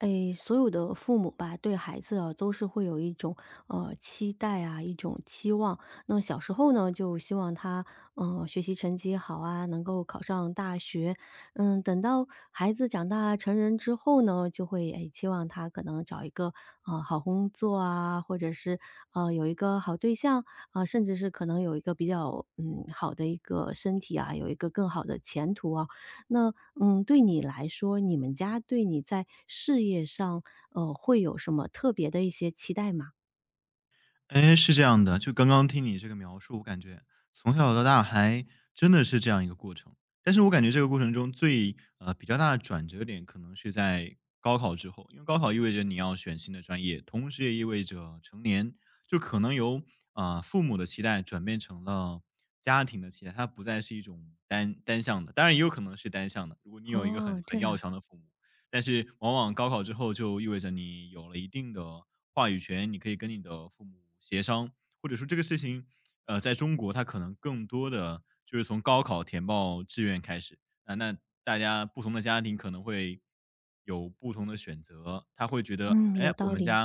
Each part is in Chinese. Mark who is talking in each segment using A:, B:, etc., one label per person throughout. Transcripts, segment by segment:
A: 诶，所有的父母吧，对孩子啊，都是会有一种期待啊，一种期望。那小时候呢，就希望他学习成绩好啊，能够考上大学。嗯，等到孩子长大成人之后呢，就会诶期望他可能找一个好工作啊，或者是有一个好对象啊、甚至是可能有一个比较好的一个身体啊，有一个更好的前途啊。那，对你来说，你们家对你在事业上，会有什么特别的一些期待吗？
B: 哎，是这样的，就刚刚听你这个描述，我感觉从小到大还真的是这样一个过程。但是我感觉这个过程中最比较大的转折点，可能是在高考之后，因为高考意味着你要选新的专业，同时也意味着成年，就可能由父母的期待转变成了家庭的期待，它不再是一种单单向的，当然也有可能是单向的。如果你有一个很
A: 哦，这
B: 很要
A: 样。
B: 强的父母，但是往往高考之后就意味着你有了一定的话语权，你可以跟你的父母协商，或者说这个事情，在中国它可能更多的就是从高考填报志愿开始，啊，那大家不同的家庭可能会有不同的选择，他会觉得
A: 嗯，有道理。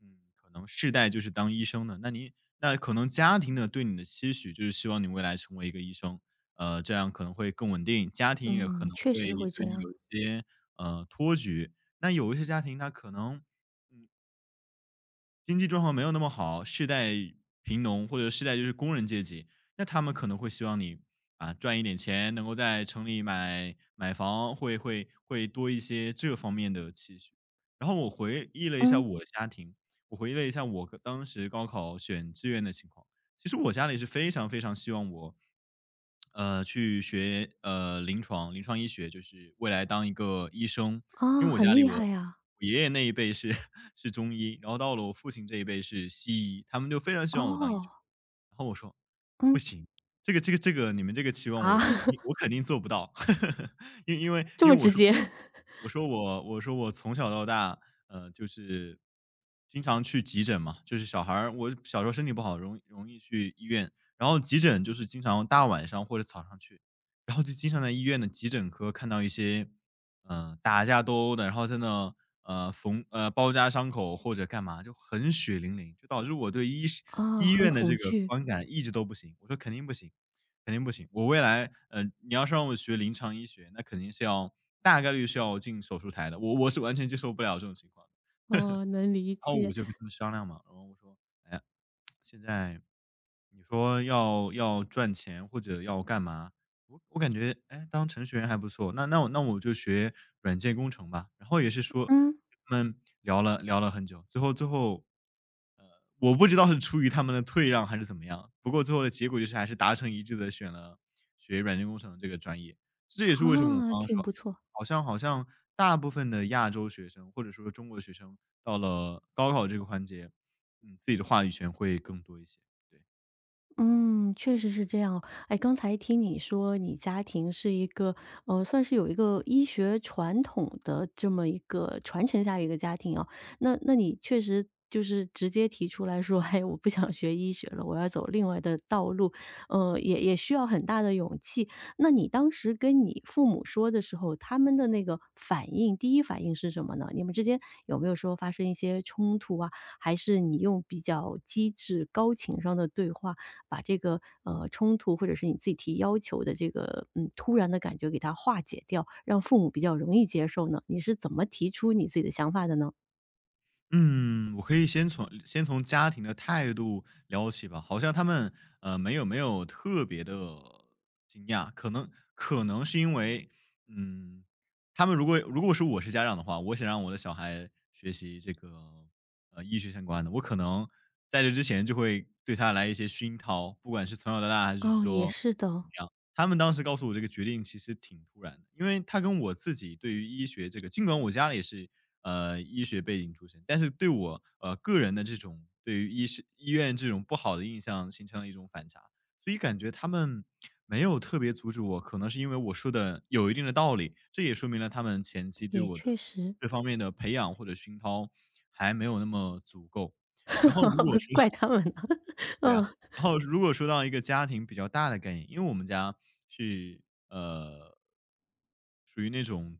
B: 嗯，可能世代就是当医生的，那您那可能家庭的对你的期许就是希望你未来成为一个医生，这样可能会更稳定，家庭也可
A: 嗯，
B: 能
A: 确
B: 会
A: 实是会这
B: 对你
A: 样。
B: 有一些托举。那有一些家庭他可能经济状况没有那么好，世代贫农或者世代就是工人阶级，那他们可能会希望你赚一点钱，能够在城里买房，会多一些这方面的期许。然后我回忆了一下
A: 嗯。
B: 我的家庭，我回忆了一下我当时高考选志愿的情况，其实我家里是非常非常希望我，去学临床医学，就是未来当一个医生。因
A: 啊，
B: 为我
A: 很
B: 家里
A: 厉
B: 我
A: 害呀。
B: 爷爷那一辈是 是中医，然后到了我父亲这一辈是西医，他们就非常希望我当医生。
A: 哦。
B: 然后我说
A: 嗯。
B: 这个你们这个期望
A: 啊，
B: 我我肯 定我肯定做不到。因因为
A: 这
B: 因
A: 么
B: 为我
A: 直
B: 说
A: 接
B: 我从小到大，就是经常去急诊嘛，就是小孩儿我小时候身体不好，容易去医院，然后急诊就是经常大晚上或者早上去，然后就经常在医院的急诊科看到一些嗯，打架斗殴的，然后在那，包扎伤口或者干嘛，就很血淋淋，就导致我
A: 啊，
B: 医
A: 很
B: 院的
A: 恐
B: 这个
A: 惧。
B: 观感一直都不行。我说肯定不行，肯定不行。我未来，你要是让我学临床医学，那肯定是要大概率是要进手术台的，我是完全接受不了这种情况的。
A: 哦，能理
B: 然后
A: 解。
B: 我就跟他们商量嘛，然后我说现在你说要赚钱或者要干嘛？我感觉，哎，当程序员还不错。那我就学软件工程吧。然后也是说，
A: 嗯。
B: 他们聊了很久，最后我不知道是出于他们的退让还是怎么样，不过最后的结果就是还是达成一致的选了学软件工程这个专业。这也是为什么我
A: 啊，
B: 刚刚
A: 挺
B: 说，
A: 不
B: 哎
A: 错。
B: 好像大部分的亚洲学生或者说中国学生到了高考这个环节，嗯，自己的话语权会更多一些。对。
A: 嗯，确实是这样哦。哎，刚才听你说你家庭是一个，算是有一个医学传统的这么一个传承下来一个家庭啊，那你确实就是直接提出来说，哎，我不想学医学了，我要走另外的道路，也需要很大的勇气。那你当时跟你父母说的时候，他们的那个反应，第一反应是什么呢？你们之间有没有说发生一些冲突啊？还是你用比较机智、高情商的对话？把这个冲突或者是你自己提要求的这个突然的感觉给它化解掉，让父母比较容易接受呢？你是怎么提出你自己的想法的呢？
B: 嗯，我可以先从家庭的态度聊起吧。好像他们，没有特别的惊讶，可能是因为，嗯，他们如果是我是家长的话，我想让我的小孩学习这个，医学相关的，我可能在这之前就会对他来一些熏陶，不管是从小到大还是
A: 哦，也
B: 说
A: 是的。
B: 他们当时告诉我这个决定其实挺突然的，因为他跟我自己对于医学这个，尽管我家里是医学背景出身，但是对我个人的这种对于医院这种不好的印象形成了一种反差，所以感觉他们没有特别阻止我，可能是因为我说的有一定的道理，这也说明了他们前期对
A: 也
B: 我的
A: 确实。
B: 这方面的培养或者熏陶还没有那么足够。然后如果 说
A: 怪他们呢。
B: 对
A: 嗯。
B: 啊，然后如果说到一个家庭比较大的概念，因为我们家是呃，属于那种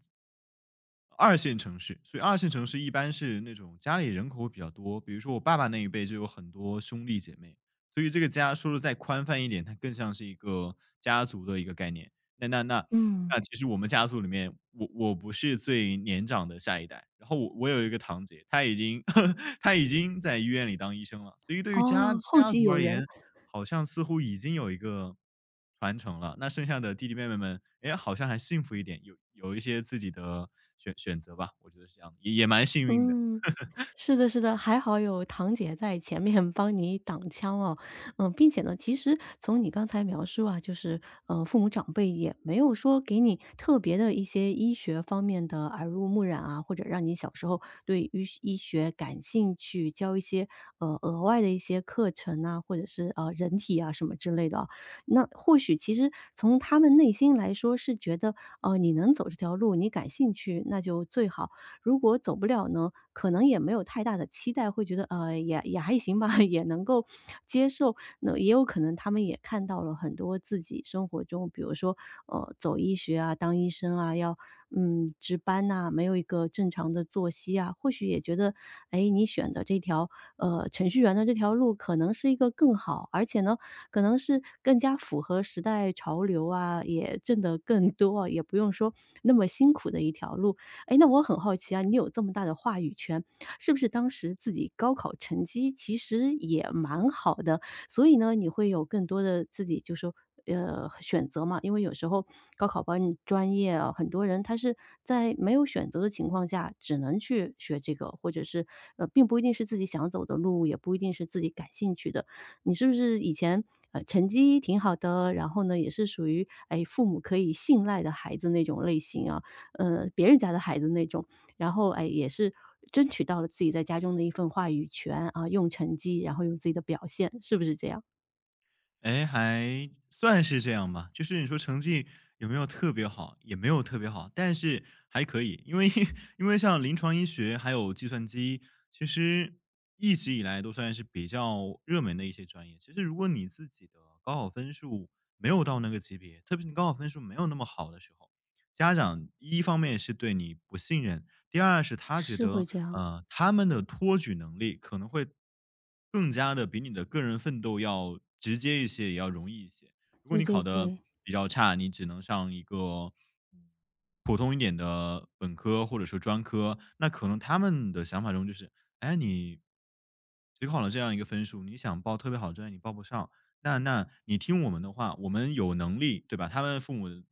B: 二线城市，所以二线城市一般是那种家里人口比较多，比如说我爸爸那一辈就有很多兄弟姐妹，所以这个家说的再宽泛一点，它更像是一个家族的一个概念。那
A: 嗯。
B: 那其实我们家族里面，我不是最年长的下一代，然后我有一个堂姐，她已经 她已经在医院里当医生了，所以对于
A: 哦，后
B: 家
A: 继
B: 族
A: 有
B: 而
A: 人。
B: 言，好像似乎已经有一个传承了。那剩下的弟弟妹妹们，哎，好像还幸福一点，有一些自己的选择吧，我觉得是这样的也也蛮幸运的。
A: 嗯，是的，是的，还好有堂姐在前面帮你挡枪哦。嗯，并且呢，其实从你刚才描述啊，就是，父母长辈也没有说给你特别的一些医学方面的耳濡目染啊，或者让你小时候对医学感兴趣，教一些额外的一些课程啊，或者是人体啊什么之类的啊。那或许其实从他们内心来说是觉得，你能走这条路，你感兴趣，那就最好。如果走不了呢，可能也没有太大的期待，会觉得也还行吧，也能够接受。那也有可能他们也看到了很多自己生活中，比如说走医学啊、当医生啊，要值班呐、没有一个正常的作息啊，或许也觉得哎你选的这条程序员的这条路可能是一个更好，而且呢可能是更加符合时代潮流啊，也挣得更多啊，也不用说那么辛苦的一条路。哎，那我很好奇啊，你有这么大的话语权，是不是当时自己高考成绩其实也蛮好的，所以呢，你会有更多的自己就说，选择嘛？因为有时候高考班专业啊，很多人他是在没有选择的情况下，只能去学这个，或者是并不一定是自己想走的路，也不一定是自己感兴趣的。你是不是以前成绩挺好的，然后呢，也是属于哎父母可以信赖的孩子那种类型啊？别人家的孩子那种。然后，哎，也是争取到了自己在家中的一份话语权啊，用成绩，然后用自己的表现，是不是这样？
B: 哎，还算是这样吧。就是你说成绩有没有特别好，也没有特别好，但是还可以。因为 因为像临床医学还有计算机，其实一直以来都算是比较热门的一些专业。其实如果你自己的高考分数没有到那个级别，特别是你高考分数没有那么好的时候，家长一方面是对你不信任，第二是他觉
A: 是会
B: 得，
A: 这样。
B: 他们的托举能力可能会更加的比你的个人奋斗要直接一些，也要容易一些。如果
A: 对
B: 你
A: 对
B: 考的
A: 对。
B: 比较差，你只能上一个，嗯，普通一点的本科或者说专科，那可能他们的想法中就是，哎，你只考了这样一个分数，你想报特别好的专业你报不上，那你听我们的话，我们有能力，对吧？他们父母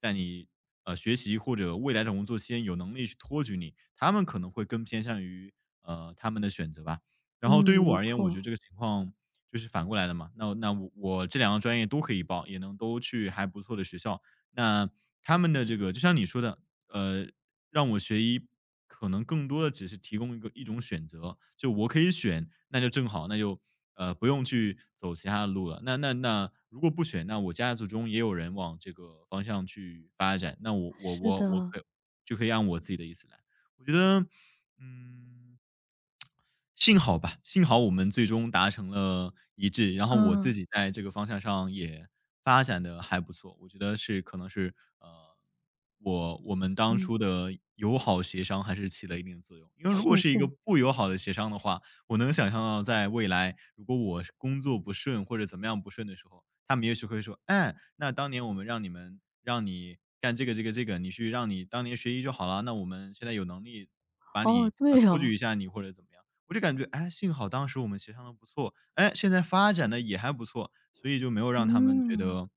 B: 在你学习或者未来找工作期间，有能力去托举你，他们可能会更偏向于他们的选择吧。然
A: 嗯，
B: 后对于我
A: 没
B: 而言，我觉得
A: 错。
B: 这个情况就是反过来的嘛。那我我这两个专业都可以报，也能都去还不错的学校。那他们的这个就像你说的，呃，让我学医可能更多的只是提供一种选择，就我可以选，那就正好，那就不用去走其他的路了。那如果不选，那我家族中也有人往这个方向去发展，那我我
A: 是
B: 我我
A: 的。
B: 可就可以按我自己的意思来。我觉得，嗯。幸好吧，幸好我们最终达成了一致，然后我
A: 嗯。
B: 自己在这个方向上也发展的还不错。我觉得可能是，呃，我们当
A: 嗯。
B: 初的友好协商还是起了一定的作用。因为如
A: 庆
B: 果是一个
A: 幸。
B: 不友好的协商的话，我能想象到在未来，如果我是工作不顺或者怎么样不顺的时候，他们也许会说："哎，那当年我们让你干这个，你去让你当年学医就好了，那我们现在有能力把
A: 哦，
B: 你，啊，
A: 对
B: 托
A: 哦。
B: 举一下你或者怎么样。"我就感觉，哎，幸好当时我们协商的不错，哎，现在发展的也还不错，所以就没有让他们觉
A: 嗯。
B: 得，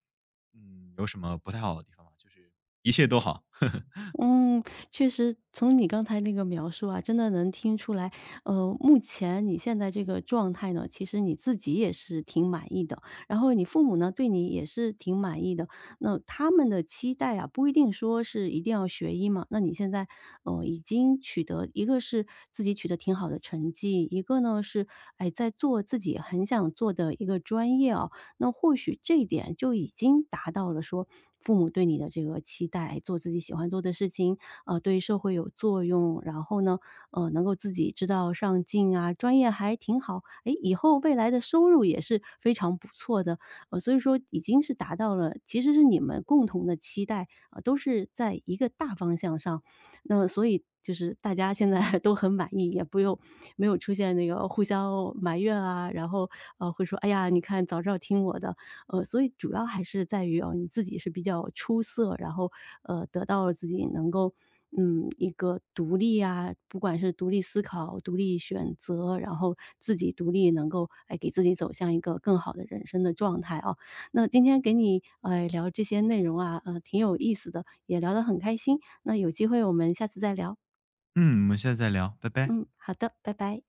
B: 嗯，有什么不太好的地方嘛，就是一切都好。
A: 嗯，确实，从你刚才那个描述啊，真的能听出来，目前你现在这个状态呢，其实你自己也是挺满意的，然后你父母呢，对你也是挺满意的。那他们的期待啊，不一定说是一定要学医嘛。那你现在，已经取得一个是自己取得挺好的成绩，一个呢是，哎，在做自己很想做的一个专业啊，那或许这一点就已经达到了说父母对你的这个期待，做自己喜欢做的事情，对社会有作用，然后呢，能够自己知道上进啊，专业还挺好，诶，以后未来的收入也是非常不错的。所以说已经是达到了，其实是你们共同的期待，都是在一个大方向上。那么所以就是大家现在 都很满意，也不用没有出现那个互相埋怨啊，然后，会说：“哎呀，你看早知道听我的。”所以主要还是在于，哦，你自己是比较出色，然后，得到了自己能够，一个独立啊，不管是独立思考、独立选择，然后自己独立能够，哎，给自己走向一个更好的人生的状态啊。那今天给你聊这些内容啊，挺有意思的，也聊得很开心。那有机会我们下次再聊。
B: 嗯，我们下次再聊，拜拜。
A: 嗯，好的，拜拜。